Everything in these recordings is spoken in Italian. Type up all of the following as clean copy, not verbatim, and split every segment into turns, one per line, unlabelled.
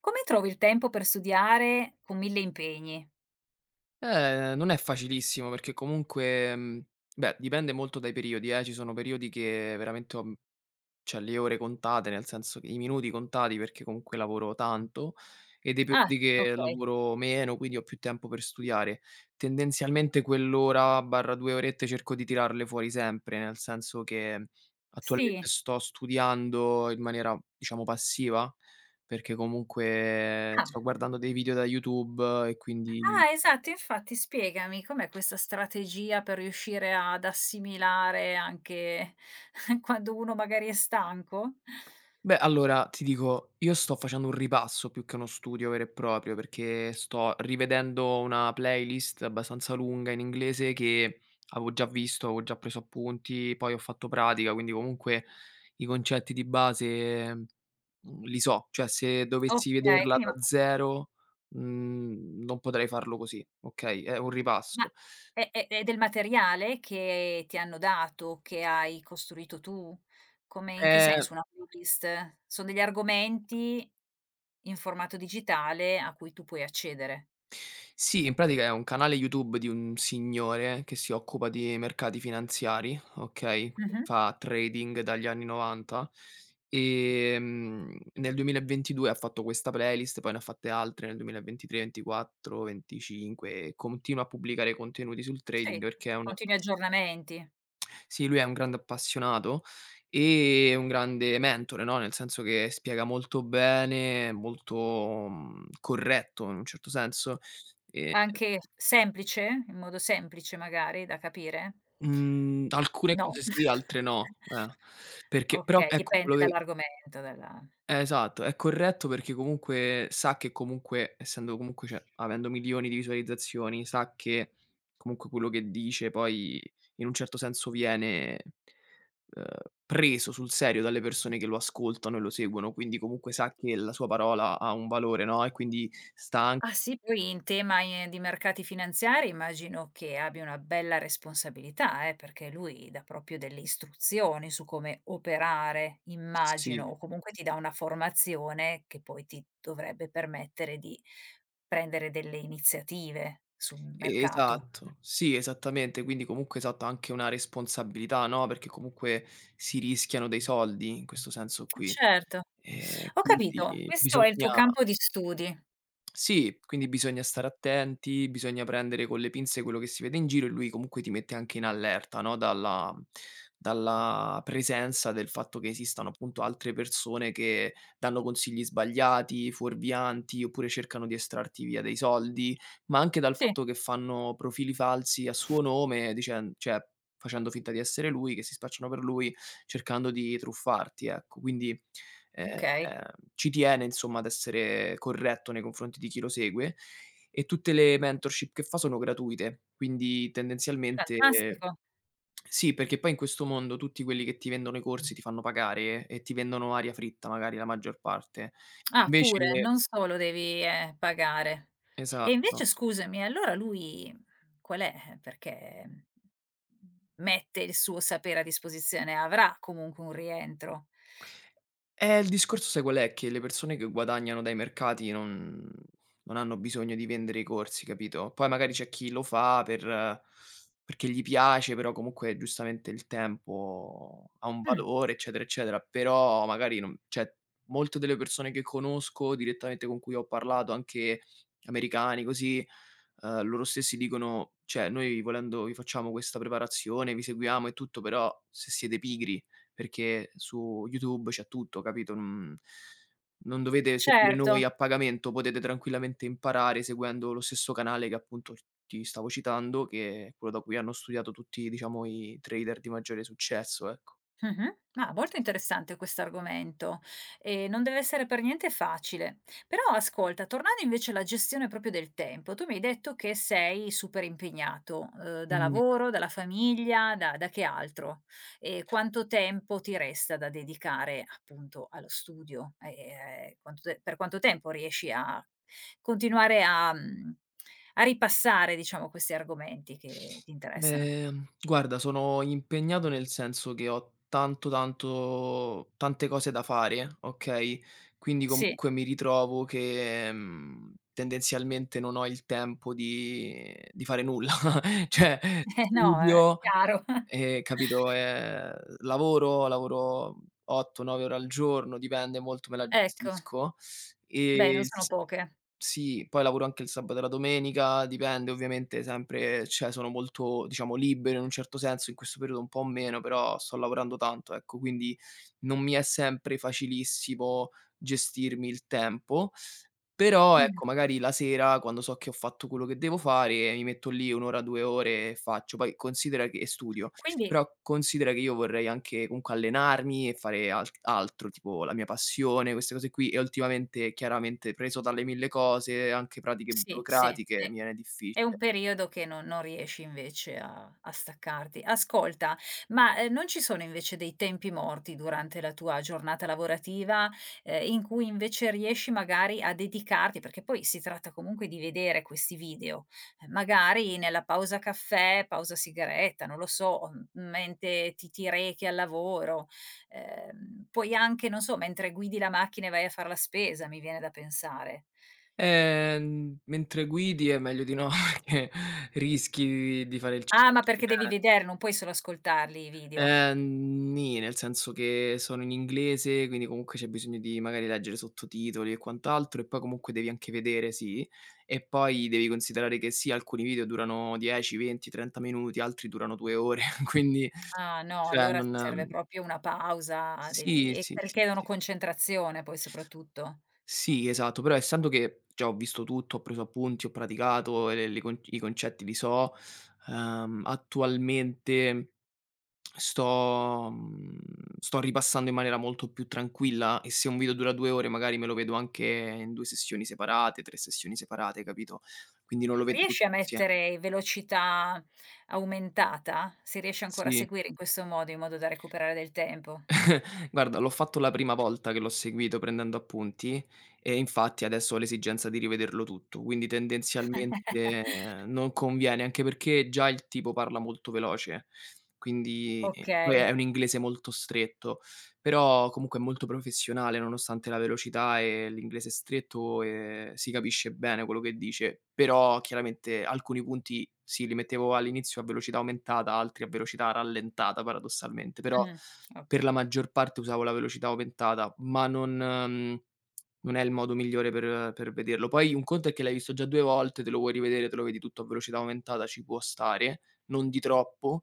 Come trovi il tempo per studiare con 1000 impegni?
Non è facilissimo perché comunque, beh, dipende molto dai periodi, eh. Ci sono periodi che veramente ho, cioè le ore contate, nel senso che i minuti contati perché comunque lavoro tanto, e dei
Ah,
periodi che
okay.
lavoro meno, quindi ho più tempo per studiare. Tendenzialmente quell'ora/2 orette cerco di tirarle fuori sempre, nel senso che
Sì.
attualmente sto studiando in maniera, diciamo, passiva, perché comunque
Ah,
sto guardando dei video da YouTube e quindi.
ah, esatto, infatti spiegami com'è questa strategia per riuscire ad assimilare anche quando uno magari è stanco?
Beh, allora ti dico, io sto facendo un ripasso più che uno studio vero e proprio, perché sto rivedendo una playlist abbastanza lunga in inglese che avevo già visto, avevo già preso appunti, poi ho fatto pratica, quindi comunque i concetti di base, li so. Cioè se dovessi
Okay,
vederla
quindi ma
da zero, non potrei farlo così, okay? È un
ma
ripasso.
è del materiale che ti hanno dato, che hai costruito tu? Come in che
Ehm
senso una playlist? Son degli argomenti in formato digitale a cui tu puoi accedere.
Sì, in pratica è un canale YouTube di un signore che si occupa di mercati finanziari, okay, quindi
Mh-mh.
fa trading dagli anni '90, nel 2022 ha fatto questa playlist, poi ne ha fatte altre nel 2023, 24, 25 e continua a pubblicare contenuti sul trading
Sì,
perché è una
continui
pass.
aggiornamenti.
Sì, lui è un grande appassionato e un grande mentore, no, nel senso che spiega molto bene, molto, corretto in un certo senso. Ehm,
Anche semplice? In modo semplice magari da capire?
mhmm, Alcune
No.
cose sì, altre no, eh. Perché però
Okay,
ecco
dipende
quello che.
dall'argomento, dalla.
Eh, esatto, è corretto perché comunque sa che comunque essendo comunque cioè, avendo milioni di visualizzazioni, sa che comunque quello che dice poi in un certo senso viene ehm, preso sul serio dalle persone che lo ascoltano e lo seguono, quindi comunque sa che la sua parola ha un valore, no, e quindi sta anche.
Ah sì? Poi in tema, di mercati finanziari immagino che abbia una bella responsabilità, perché lui dà proprio delle istruzioni su come operare,
Sì,
immagino, o comunque ti dà una formazione che poi ti dovrebbe permettere di prendere delle iniziative sul
e
mercato.
esatto, sì, esattamente, quindi comunque esatto, anche una responsabilità, no, perché comunque si rischiano dei soldi in questo senso qui.
Certo, ho capito.
Quindi
Questo è il tuo
bisogna.
campo di studi.
Sì, quindi bisogna stare attenti, bisogna prendere con le pinze quello che si vede in giro e lui comunque ti mette anche in allerta, no, dalla presenza del fatto che esistano appunto altre persone che danno consigli sbagliati, fuorvianti, oppure cercano di estrarti via dei soldi, ma anche dal
Sì,
fatto che fanno profili falsi a suo nome, dicen cioè facendo finta di essere lui, che si spacciano per lui, cercando di truffarti, ecco. Quindi eh,
okay,
ci tiene insomma ad essere corretto nei confronti di chi lo segue e tutte le mentorship che fa sono gratuite, quindi tendenzialmente
fantastico.
sì, perché poi in questo mondo tutti quelli che ti vendono i corsi ti fanno pagare e ti vendono aria fritta magari la maggior parte.
Ah,
Invece
pure, non solo devi, pagare. E invece
esatto.
scusami, allora lui qual è? Perché mette il suo sapere a disposizione, avrà comunque un rientro.
Il discorso sai qual è? Che le persone che guadagnano dai mercati non hanno bisogno di vendere i corsi, capito? Poi magari c'è chi lo fa perché gli piace, però comunque giustamente il tempo ha un
Mh,
valore, eccetera, eccetera. Però magari non cioè, molte delle persone che conosco direttamente, con cui ho parlato, anche americani così. Loro stessi dicono: "Cioè noi volendo vi facciamo questa preparazione, vi seguiamo e tutto, però se siete pigri, perché su YouTube c'è tutto, capito, non dovete seguire noi
certo.
a pagamento, potete tranquillamente imparare seguendo lo stesso canale che appunto ti stavo citando, che è quello da cui hanno studiato tutti, diciamo, i trader di maggiore successo", ecco.
Mh-mh. Ah, molto interessante questo argomento e non deve essere per niente facile. Però ascolta, tornando invece alla gestione proprio del tempo, tu mi hai detto che sei super impegnato, da
Mh.
lavoro, dalla famiglia, da che altro? E quanto tempo ti resta da dedicare appunto allo studio? E quanto te per quanto tempo riesci a continuare a a ripassare diciamo questi argomenti che ti interessano?
Guarda, sono impegnato nel senso che ho tanto, tanto tante cose da fare, okay, quindi
Sì,
comunque mi ritrovo che, tendenzialmente non ho il tempo di fare nulla. Cioè
eh no, è
studio,
chiaro.
capito, lavoro 8, 9 ore al giorno, dipende molto, me la
Ecco,
gestisco. E
beh non
il
sono
s
poche.
Sì, poi lavoro anche il sabato e la domenica, dipende ovviamente sempre cioè sono molto, diciamo, libero in un certo senso, in questo periodo un po' meno, però sto lavorando tanto, ecco, quindi non mi è sempre facilissimo gestirmi il tempo. Però
Mh.
ecco, magari la sera quando so che ho fatto quello che devo fare, mi metto lì 1 ora, 2 ore e faccio. Poi considera che studio,
Quindi
però considera che io vorrei anche comunque allenarmi e fare altro, tipo la mia passione, queste cose qui, e ultimamente chiaramente preso dalle 1000 cose, anche pratiche
sì, sì,
burocratiche,
sì.
mi viene
È un
difficile.
periodo che non riesci invece a staccarti. Ascolta, ma, non ci sono invece dei tempi morti durante la tua giornata lavorativa, in cui invece riesci magari a dedicarti perché poi si tratta comunque di vedere questi video, magari nella pausa caffè, pausa sigaretta, non lo so, mentre ti rechi al lavoro, puoi anche, non so, mentre guidi la macchina e vai a far la spesa, mi viene da pensare.
Mentre guidi è meglio di no, perché rischi di fare il
Ah, ma perché devi
incidente.
vedere, non puoi solo ascoltarli i video.
Nì, nel senso che sono in inglese, quindi comunque c'è bisogno di magari leggere sottotitoli e quant'altro, e poi comunque devi anche vedere, sì, e poi devi considerare che sì, alcuni video durano 10, 20, 30 minuti, altri durano 2 ore, quindi
Ah no,
cioè
allora ti serve
non.
proprio una pausa, devi
Sì,
e
sì, sì,
richiedono
sì.
concentrazione poi soprattutto.
Sì, esatto, però essendo che già ho visto tutto, ho preso appunti, ho praticato e le con i concetti li so, attualmente Sto mhmm, sto ripassando in maniera molto più tranquilla e se un video dura 2 ore magari me lo vedo anche in 2 sessioni separate, 3 sessioni separate, capito, quindi non lo vedo
Riesci
tutto
a
insieme.
mettere velocità aumentata? Si riesce ancora a
Sì,
seguire in questo modo, in modo da recuperare del tempo?
guarda l'ho fatto la prima volta che l'ho seguito prendendo appunti e infatti adesso ho l'esigenza di rivederlo tutto, quindi tendenzialmente non conviene, anche perché già il tipo parla molto veloce, quindi poi
Okay,
è un inglese molto stretto. Però comunque è molto professionale, nonostante la velocità e l'inglese stretto, si capisce bene quello che dice. Però chiaramente alcuni punti sì, li mettevo all'inizio a velocità aumentata, altri a velocità rallentata paradossalmente, però
mh, o
per la maggior parte usavo la velocità aumentata, ma non è il modo migliore per vederlo. Poi un conto è che l'hai visto già 2 volte, te lo vuoi rivedere, te lo vedi tutto a velocità aumentata, ci può stare, non di troppo,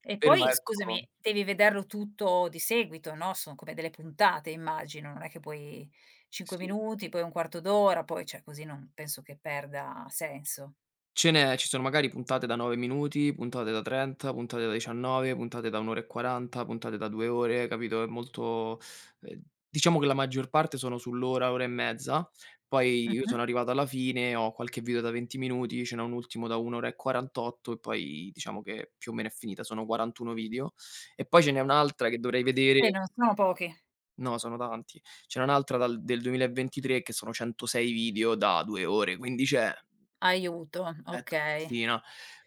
E
però
poi
ecco
scusami, devi vederlo tutto di seguito, no, son come delle puntate immagino, non è che puoi 5
sì.
minuti, poi un quarto d'ora, poi cioè così non penso che perda senso.
Ce n'è ci sono magari puntate da 9 minuti, puntate da 30, puntate da 19, puntate da 1 ora e 40, puntate da 2 ore, capito, è molto ehm, diciamo che la maggior parte sono sull'ora, ora e mezza, poi io
Mh-mh.
sono arrivato alla fine, ho qualche video da 20 minuti, ce n'è un ultimo da 1 ora e 48 e poi diciamo che più o meno è finita, sono 41 video. E poi ce n'è un'altra che dovrei
E
vedere.
non sono pochi.
No, sono tanti. Ce n'è un'altra dal del 2023 che sono 106 video da 2 ore, quindi cioè.
Aiuto,
Ecco,
okay.
sì, no.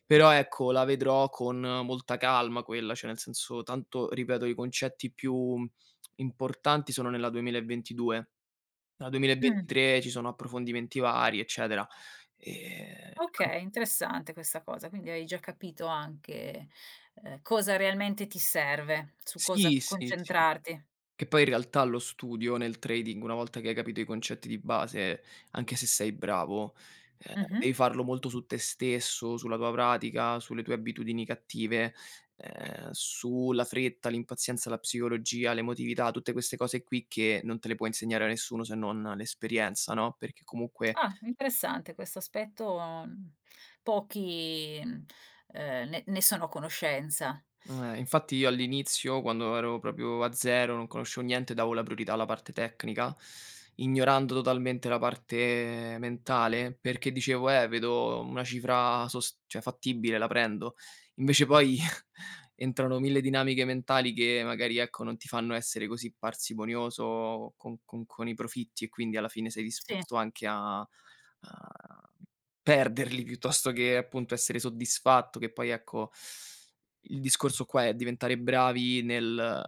Però ecco, la vedrò con molta calma quella, cioè nel senso tanto ripeto i concetti più importanti sono nella 2022. Nella
Mh,
2023 ci sono approfondimenti vari, eccetera. An
okay, interessante questa cosa, quindi hai già capito anche, cosa realmente ti serve, su cosa
Sì, sì, sì.
concentrarti.
Che poi in realtà lo studio nel trading, una volta che hai capito i concetti di base, anche se sei bravo,
Mh-mh.
devi farlo molto su te stesso, sulla tua pratica, sulle tue abitudini cattive, sulla fretta, l'impazienza, la psicologia, l'emotività, tutte queste cose qui che non te le può insegnare a nessuno se non l'esperienza, no, perché comunque.
Ah, interessante questo aspetto, pochi, ne sono a conoscenza.
Infatti io all'inizio, quando ero proprio a zero, non conoscevo niente, davo la priorità alla parte tecnica, ignorando totalmente la parte mentale, perché dicevo: vedo una cifra sos cioè fattibile, la prendo". Invece poi entrano 1000 dinamiche mentali che magari, ecco, non ti fanno essere così parsimonioso con i profitti e quindi alla fine sei
Sì,
disposto anche a a perderli piuttosto che appunto essere soddisfatto, che poi ecco il discorso qua è diventare bravi nel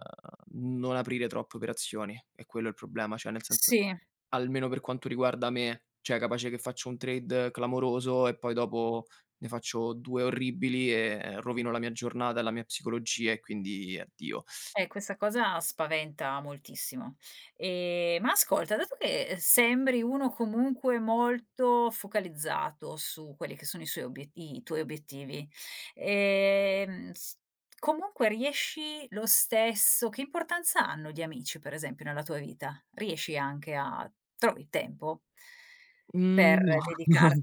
non aprire troppe operazioni, è quello il problema, cioè nel senso
sì.
almeno per quanto riguarda me, cioè capace che faccio un trade clamoroso e poi dopo ne faccio 2 orribili e rovino la mia giornata e la mia psicologia e quindi addio.
Questa cosa spaventa moltissimo. Ma ascolta, dato che sembri uno comunque molto focalizzato su quelli che sono i tuoi obiettivi, s comunque riesci lo stesso che importanza hanno gli amici, per esempio, nella tua vita? Riesci anche a trovi tempo?
Mhmm,
Per
no.
dedicarti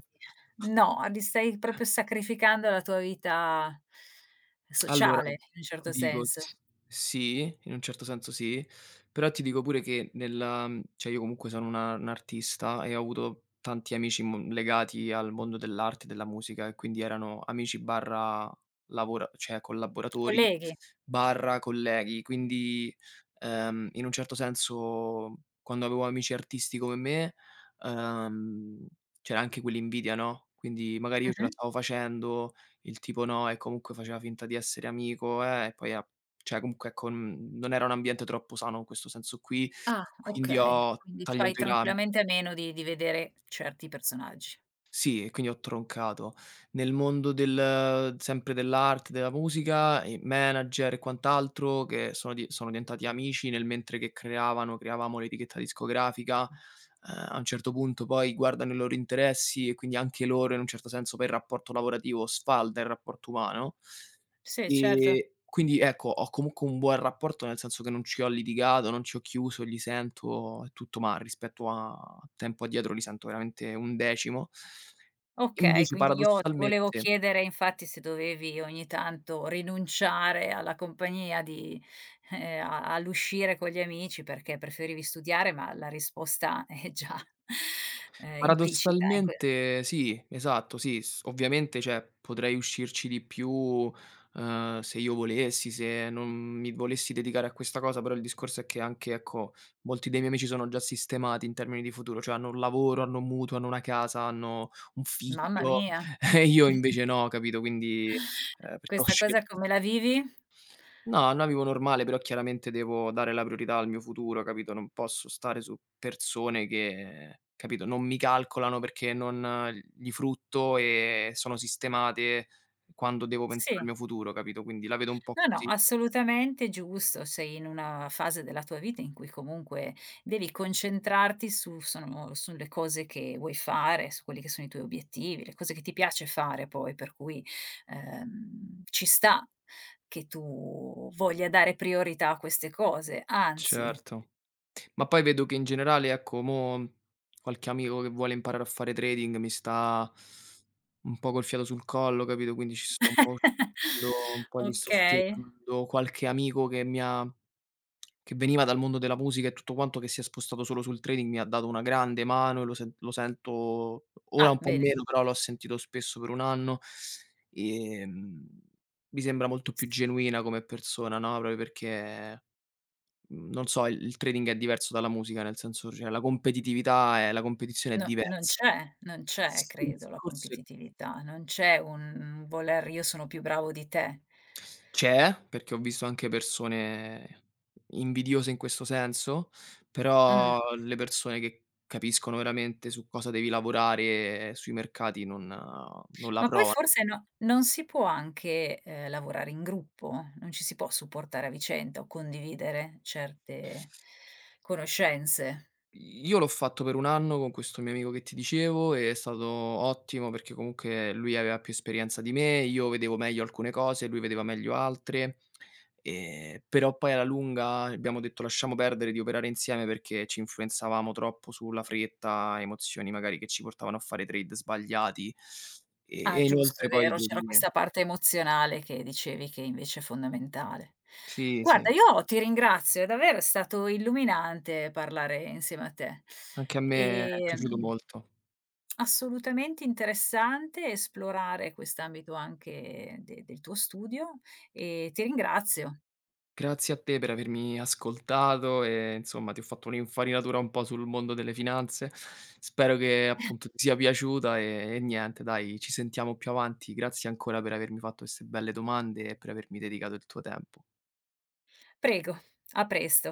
no, li stai proprio sacrificando alla tua vita
Allora,
sociale, in un
ti
certo
dico
senso.
s sì, in un certo senso sì, però ti dico pure che nella cioè io comunque sono una un artista e ho avuto tanti amici mo legati al mondo dell'arte e della musica e quindi erano amici barra lavora cioè collaboratori,
Colleghi.
barra colleghi. Quindi, in un certo senso quando avevo amici artisti come me, ehm, c'era anche quell'invidia, no, quindi magari io ce la
Mh-mh.
stavo facendo il tipo no e comunque faceva finta di essere amico, e poi ha cioè comunque ecco, non era un ambiente troppo sano in questo senso qui,
Ah,
quindi
okay.
ho
Quindi fai
tagliato i rami.
tranquillamente a meno di vedere certi personaggi.
Sì, e quindi ho troncato. Nel mondo del sempre dell'arte, della musica, i manager e quant'altro che sono diventati amici nel mentre che creavano creavamo l'etichetta discografica, a un certo punto poi guardano i loro interessi e quindi anche loro in un certo senso poi il rapporto lavorativo sfalda il rapporto umano.
Sì, certo.
Quindi ecco, ho comunque un buon rapporto, nel senso che non ci ho litigato, non ci ho chiuso, li sento e tutto, ma rispetto a tempo addietro li sento veramente un decimo.
Okay,
Invece
quindi io ti volevo
paradossalmente
chiedere infatti se dovevi ogni tanto rinunciare alla compagnia di a all'uscire con gli amici perché preferivi studiare, ma la risposta è già, implicita in que
Paradossalmente sì, esatto, sì, s ovviamente, cioè, potrei uscirci di più, se io volessi, se non mi volessi dedicare a questa cosa, però il discorso è che anche, ecco, molti dei miei amici sono già sistemati in termini di futuro, cioè hanno un lavoro, hanno un mutuo, hanno una casa, hanno un
mamma
figlio
mia!
e io invece no, capito, quindi, perché ho
Questa cosa
scelto.
come la vivi?
No, navigo normale, però chiaramente devo dare la priorità al mio futuro, capito? Non posso stare su persone che, capito, non mi calcolano perché non gli frutto e sono sistemate quando devo pensare
Sì.
al mio futuro, capito? Quindi la vedo un po'
No, no,
così.
assolutamente giusto. Sei in una fase della tua vita in cui comunque devi concentrarti su sono sulle cose che vuoi fare, su quelli che sono i tuoi obiettivi, le cose che ti piace fare poi, per cui, ci sta che tu voglia dare priorità a queste cose, anzi
Certo. Ma poi vedo che in generale, ecco, mo qualche amico che vuole imparare a fare trading mi sta un po' col fiato sul collo, capito, quindi ci sto un po' uscendo, un po' gli sto
Okay.
spiegando. Qualche amico che mi ha che veniva dal mondo della musica e tutto quanto, che si è spostato solo sul trading, mi ha dato una grande mano e lo sento ora
Ah,
un po'
bene.
meno, però l'ho sentito spesso per un anno. Ehm, Mi sembra molto più genuina come persona, no, proprio perché. Non so, il trading è diverso dalla musica, nel senso cioè la competizione è
No, non
diversa.
c'è non c'è
Sì, il
credo la
discorso è
competitività, non c'è un voler io sono più bravo di te.
c'è, perché ho visto anche persone invidiose in questo senso,
Mh.
però le persone che capiscono veramente su cosa devi lavorare sui mercati non la
Ma poi
provano.
forse no non si può anche, lavorare in gruppo? Non ci si può supportare a vicenda o condividere certe conoscenze?
Io l'ho fatto per 1 anno con questo mio amico che ti dicevo e è stato ottimo perché comunque lui aveva più esperienza di me, io vedevo meglio alcune cose, lui vedeva meglio altre, però poi alla lunga abbiamo detto: "Lasciamo perdere di operare insieme", perché ci influenzavamo troppo sulla fretta, emozioni magari che ci portavano a fare trade sbagliati
Ah,
e
giusto, è
inoltre poi
vero, c'era
devi.
questa parte emozionale che dicevi che invece è fondamentale.
Sì,
Guarda,
sì,
io ti ringrazio, è davvero stato illuminante parlare insieme a te.
anche a me è piaciuto
Ehm,
molto.
Assolutamente interessante esplorare quest'ambito anche de del tuo studio e ti ringrazio.
Grazie a te per avermi ascoltato e insomma ti ho fatto un'infarinatura un po' sul mondo delle finanze. Spero che appunto ti sia piaciuta e niente dai, ci sentiamo più avanti. Grazie ancora per avermi fatto queste belle domande e per avermi dedicato il tuo tempo.
Prego, a presto.